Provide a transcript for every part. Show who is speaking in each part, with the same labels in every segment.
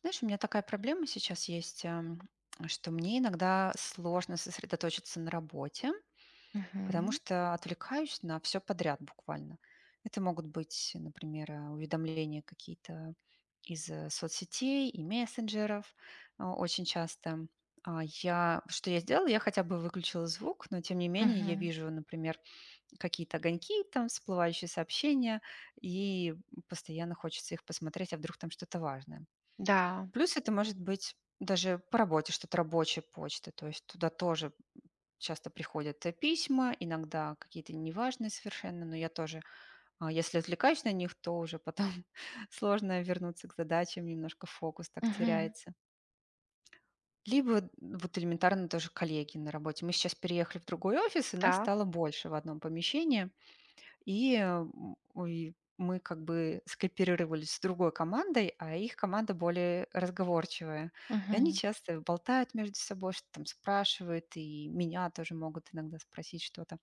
Speaker 1: Знаешь, у меня такая проблема сейчас есть, что мне иногда сложно сосредоточиться на работе, потому
Speaker 2: Мгм.
Speaker 1: что отвлекаюсь на все подряд буквально. Это могут быть, например, уведомления какие-то из соцсетей и мессенджеров очень часто. Что я сделала? Я хотя бы выключила звук, но тем не менее я
Speaker 2: Мгм.
Speaker 1: вижу, например, какие-то огоньки, там всплывающие сообщения, и постоянно хочется их посмотреть, а вдруг там что-то важное.
Speaker 2: Да.
Speaker 1: Плюс это может быть даже по работе, что-то рабочая почта, то есть туда тоже часто приходят письма, иногда какие-то неважные совершенно, но я тоже, если отвлекаюсь на них, то уже потом сложно вернуться к задачам, немножко фокус так
Speaker 2: Мгм.
Speaker 1: теряется. Либо вот элементарно тоже коллеги на работе. Мы сейчас переехали в другой офис, и нас
Speaker 2: Так.
Speaker 1: стало больше в одном помещении, и, мы как бы скооперировались с другой командой, а их команда более разговорчивая. И они
Speaker 2: Мгм.
Speaker 1: часто болтают между собой, что там спрашивают, и меня тоже могут иногда спросить что-то.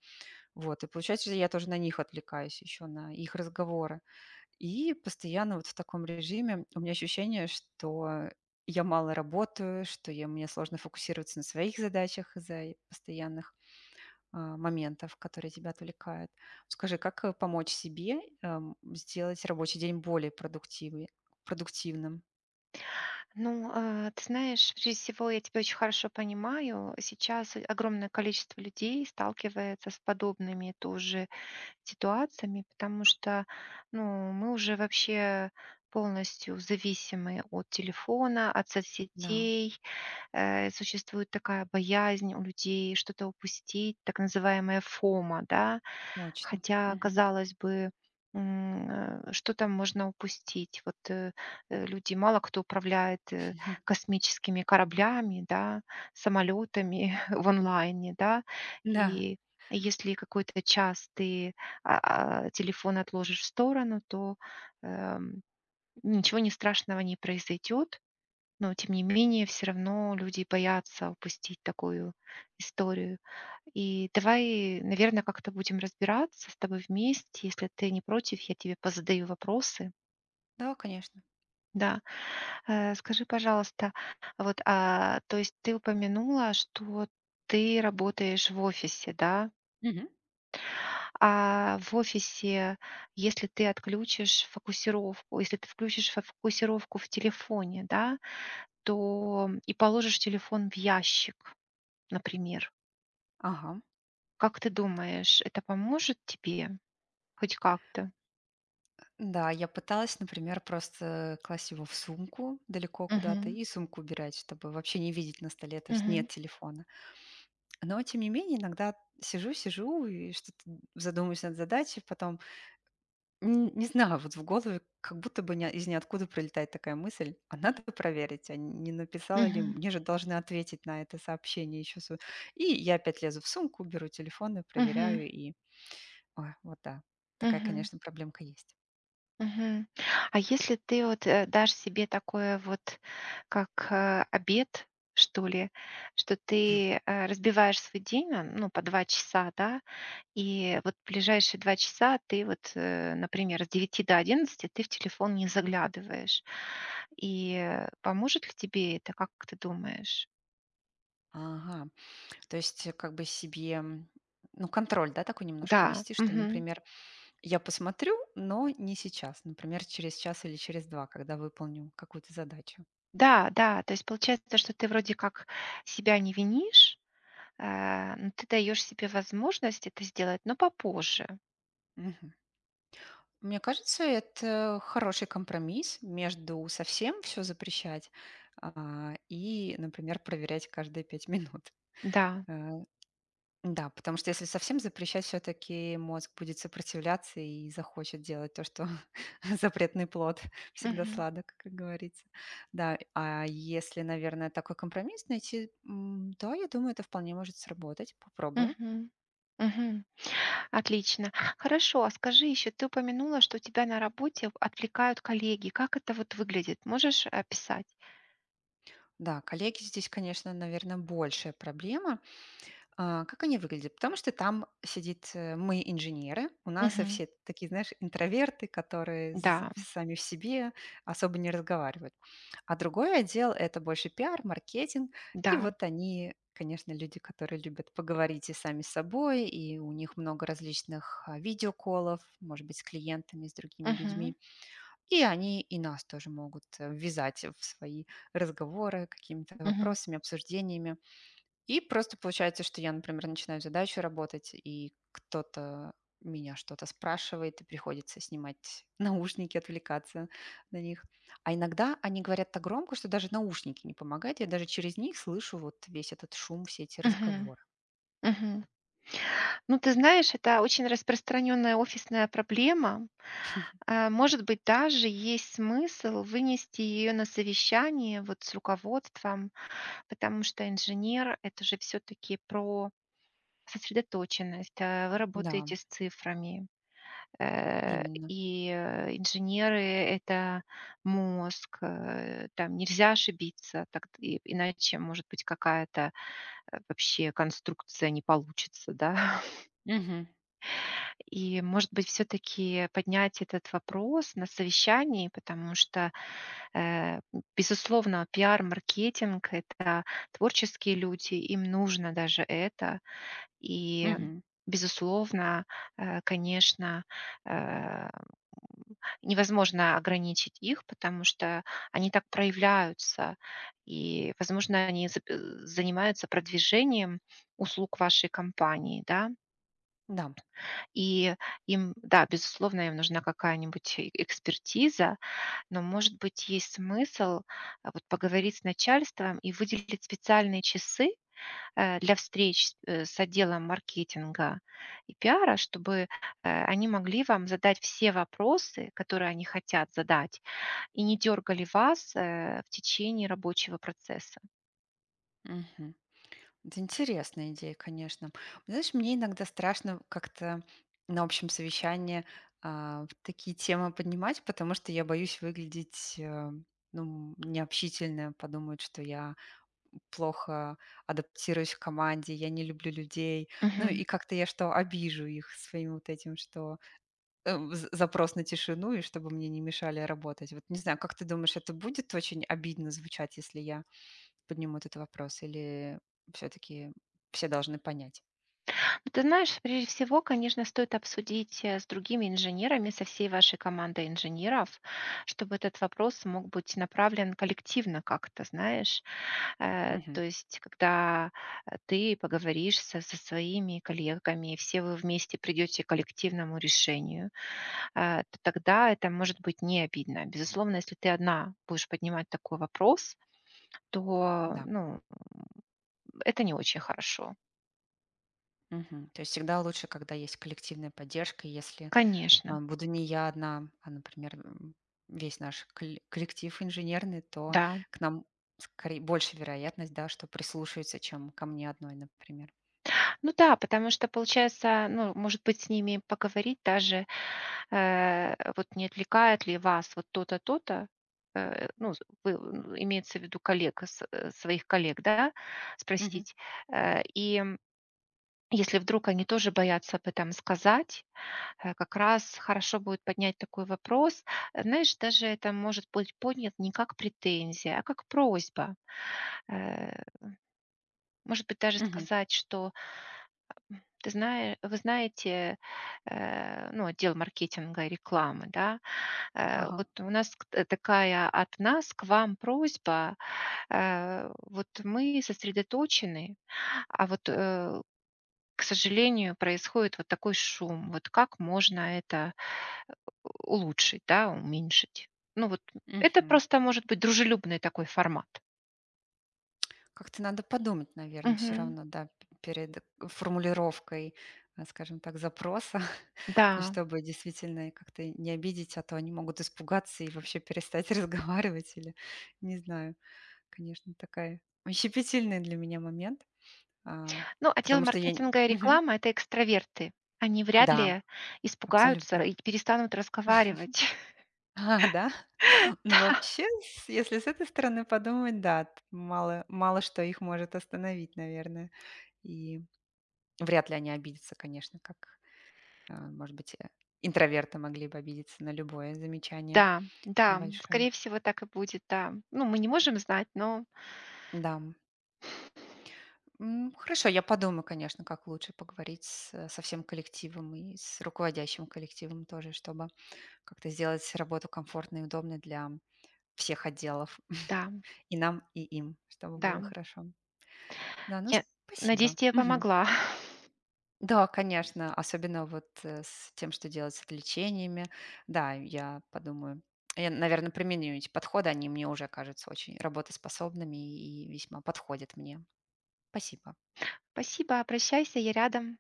Speaker 1: Вот, и получается, я тоже на них отвлекаюсь еще, на их разговоры. И постоянно вот в таком режиме у меня ощущение, что я мало работаю, что я, мне сложно фокусироваться на своих задачах из-за постоянных моментов, которые тебя отвлекают. Скажи, как помочь себе сделать рабочий день более продуктивным?
Speaker 2: Ну, ты знаешь, прежде всего, я тебя очень хорошо понимаю. Сейчас огромное количество людей сталкивается с подобными тоже ситуациями, потому что, ну, мы уже вообще полностью зависимы от телефона, от
Speaker 1: Да,
Speaker 2: соцсетей, существует такая боязнь у людей что-то упустить, так называемая фома, да.
Speaker 1: точно.
Speaker 2: Хотя,
Speaker 1: Мгм. Мгм.
Speaker 2: казалось бы, что там можно упустить? Вот люди, мало кто управляет космическими кораблями, да, самолетами в онлайне, да,
Speaker 1: Да,
Speaker 2: и если какой-то час ты телефон отложишь в сторону, то эм, ничего не страшного не произойдет, но тем не менее, все равно люди боятся упустить такую историю. И давай, наверное, как-то будем разбираться с тобой вместе. Если ты не против, я тебе позадаю вопросы.
Speaker 1: да, конечно.
Speaker 2: Да. Скажи, пожалуйста, вот, то есть ты упомянула, что ты работаешь в офисе, да?
Speaker 1: Мгм.
Speaker 2: А в офисе, если ты отключишь фокусировку, если ты включишь фо фокусировку в телефоне, да, то и положишь телефон в ящик. Например.
Speaker 1: Ага.
Speaker 2: Как ты думаешь, это поможет тебе хоть как-то?
Speaker 1: Да, я пыталась, например, просто класть его в сумку далеко куда-то
Speaker 2: Мгм.
Speaker 1: и сумку убирать, чтобы вообще не видеть на столе, то есть
Speaker 2: Мгм.
Speaker 1: нет телефона. Но, тем не менее, иногда сижу-сижу и что-то задумаюсь над задачей, потом Н не знаю, вот в голове как будто бы ня из ниоткуда прилетает такая мысль: "А надо проверить, а не написала ли
Speaker 2: Мгм.
Speaker 1: мне же должны ответить на это сообщение еще. И я опять лезу в сумку, беру телефон и
Speaker 2: Мгм.
Speaker 1: проверяю, и ой, вот да, такая,
Speaker 2: Мгм.
Speaker 1: конечно, проблемка есть.
Speaker 2: Мгм. А если ты вот, дашь себе такое вот, как, обед, что ли, что ты, разбиваешь свой день на, ну, по два часа, да, и вот ближайшие два часа ты вот, например, с девяти до одиннадцати ты в телефон не заглядываешь. И поможет ли тебе это, как ты думаешь?
Speaker 1: Ага, то есть, как бы себе, ну, контроль, да, такой немножко
Speaker 2: Да,
Speaker 1: вести, что,
Speaker 2: мгм.
Speaker 1: например, я посмотрю, но не сейчас, например, через час или через 2, когда выполню какую-то задачу.
Speaker 2: Да, да, то есть получается, что ты вроде как себя не винишь, но ты даешь себе возможность это сделать, но попозже.
Speaker 1: Мне кажется, это хороший компромисс между совсем все запрещать, и, например, проверять каждые 5 минут.
Speaker 2: Да.
Speaker 1: Э, да, потому что если совсем запрещать, все таки мозг будет сопротивляться и захочет делать то, что запретный плод всегда
Speaker 2: Мгм.
Speaker 1: сладок, как говорится. Да, а если, наверное, такой компромисс найти, да, я думаю, это вполне может сработать. Попробую.
Speaker 2: Мгм. Мгм. Отлично. Хорошо, а скажи еще, ты упомянула, что тебя на работе отвлекают коллеги. Как это вот выглядит? Можешь описать?
Speaker 1: Да, коллеги здесь, конечно, наверное, большая проблема. А как они выглядят? Потому что там сидит мы инженеры, у нас
Speaker 2: Мгм.
Speaker 1: все такие, знаешь, интроверты, которые
Speaker 2: Да,
Speaker 1: сами в себе особо не разговаривают. А другой отдел– это больше пиар, маркетинг, и
Speaker 2: да.
Speaker 1: вот они, конечно, люди, которые любят поговорить и сами с собой, и у них много различных видеоколов, может быть, с клиентами, с другими
Speaker 2: Мгм.
Speaker 1: людьми. И они и нас тоже могут ввязать в свои разговоры какими-то
Speaker 2: Мгм.
Speaker 1: вопросами, обсуждениями. И просто получается, что я, например, начинаю задачу работать, и кто-то меня что-то спрашивает, и приходится снимать наушники, отвлекаться на них. А иногда они говорят так громко, что даже наушники не помогают. Я даже через них слышу вот весь этот шум, все эти
Speaker 2: Мгм.
Speaker 1: разговоры.
Speaker 2: Мгм. Ну, ты знаешь, это очень распространенная офисная проблема. А, может быть, даже есть смысл вынести ее на совещание вот с руководством, потому что инженер — это же все таки про сосредоточенность. А, вы
Speaker 1: Да,
Speaker 2: работаете с цифрами, э,
Speaker 1: именно.
Speaker 2: и, инженеры — это мозг, там нельзя ошибиться, так и иначе, может быть, какая-то, вообще конструкция не получится, да.
Speaker 1: Мгм.
Speaker 2: И, может быть, все-таки поднять этот вопрос на совещании, потому что, э, безусловно, пиар-маркетинг — это творческие люди, им нужно даже это. И,
Speaker 1: Мгм.
Speaker 2: безусловно, конечно, э, невозможно ограничить их, потому что они так проявляются. И, возможно, они занимаются продвижением услуг вашей компании, да,
Speaker 1: Да.
Speaker 2: и им, да, безусловно, им нужна какая-нибудь экспертиза, но, может быть, есть смысл, вот поговорить с начальством и выделить специальные часы, для встреч с отделом маркетинга и пиара, чтобы, они могли вам задать все вопросы, которые они хотят задать, и не дергали вас, в течение рабочего процесса.
Speaker 1: Мгм. Это интересная идея, конечно. Знаешь, мне иногда страшно как-то на общем совещании такие темы поднимать, потому что я боюсь выглядеть ну, необщительно, подумают, что я плохо адаптируюсь к команде, я не люблю людей. Ну
Speaker 2: Мгм.
Speaker 1: и как-то я что, обижу их своим вот этим, что запрос на тишину, и чтобы мне не мешали работать. Вот не знаю, как ты думаешь, это будет очень обидно звучать, если я поднимут этот вопрос или все таки все должны понять?
Speaker 2: Ну, ты знаешь, прежде всего, конечно, стоит обсудить с другими инженерами, со всей вашей командой инженеров, чтобы этот вопрос мог быть направлен коллективно как-то, знаешь. То
Speaker 1: Мгм.
Speaker 2: есть, когда ты поговоришь со своими коллегами, все вы вместе придете к коллективному решению, то тогда это может быть не обидно. Безусловно, если ты одна будешь поднимать такой вопрос, то
Speaker 1: Да.
Speaker 2: ну, это не очень хорошо.
Speaker 1: Мгм. То есть всегда лучше, когда есть коллективная поддержка. И если,
Speaker 2: Конечно,
Speaker 1: буду не я одна, а, например, весь наш коллектив инженерный, то
Speaker 2: да.
Speaker 1: к нам скорее больше вероятность, да, что прислушаются, чем ко мне одной, например.
Speaker 2: Ну да, потому что получается, ну, может быть, с ними поговорить даже, вот не отвлекает ли вас вот то-то, то-то, ну, вы, имеется в виду коллег, своих коллег, да,
Speaker 1: Мгм.
Speaker 2: спросить. И если вдруг они тоже боятся об этом сказать, как раз хорошо будет поднять такой вопрос. Знаешь, даже это может быть поднят не как претензия, а как просьба. Э, Может быть, даже
Speaker 1: Мгм.
Speaker 2: сказать, что Ты знае вы знаете, ну, отдел маркетинга и рекламы, да,
Speaker 1: Ага.
Speaker 2: вот у нас к т такая от нас к вам просьба. Вот мы сосредоточены, а вот, к сожалению, происходит вот такой шум. Вот как можно это э, улучшить, да, уменьшить? Ну, вот это
Speaker 1: Мгм.
Speaker 2: просто может быть дружелюбный такой формат.
Speaker 1: Как-то надо подумать, наверное, все
Speaker 2: Мгм.
Speaker 1: равно, да, п перед формулировкой, скажем так, запроса,
Speaker 2: Да.
Speaker 1: чтобы действительно как-то не обидеть, а то они могут испугаться и вообще перестать разговаривать или, не знаю, конечно, такая щепетильный для меня момент, а,
Speaker 2: Ну, отдел
Speaker 1: потому что я н
Speaker 2: маркетинга и
Speaker 1: Мгм.
Speaker 2: реклама — это экстраверты. Они вряд
Speaker 1: Да,
Speaker 2: ли испугаются
Speaker 1: абсолютно.
Speaker 2: и перестанут разговаривать.
Speaker 1: А, да? Ну, вообще, с если с этой стороны подумать, да, т мало что их может остановить, наверное. И вряд ли они обидятся, конечно, как а, может быть, интроверты могли бы обидеться на любое замечание
Speaker 2: Да, да, да,
Speaker 1: большое.
Speaker 2: скорее всего, так и будет, да. Ну, мы не можем знать, но
Speaker 1: Да. Хорошо, я подумаю, конечно, как лучше поговорить с, со всем коллективом и с руководящим коллективом тоже, чтобы как-то сделать работу комфортной и удобной для всех отделов.
Speaker 2: да,
Speaker 1: И нам, и им, чтобы было
Speaker 2: да.
Speaker 1: хорошо. Да, ну
Speaker 2: Я надеюсь,
Speaker 1: спасибо.
Speaker 2: тебе
Speaker 1: Мгм.
Speaker 2: помогла.
Speaker 1: Да, конечно, особенно вот, с тем, что делать с отвлечениями. Да, я подумаю. Я, наверное, применю эти подходы, они мне уже кажутся очень работоспособными и весьма подходят мне. Спасибо.
Speaker 2: Спасибо, обращайся, я рядом.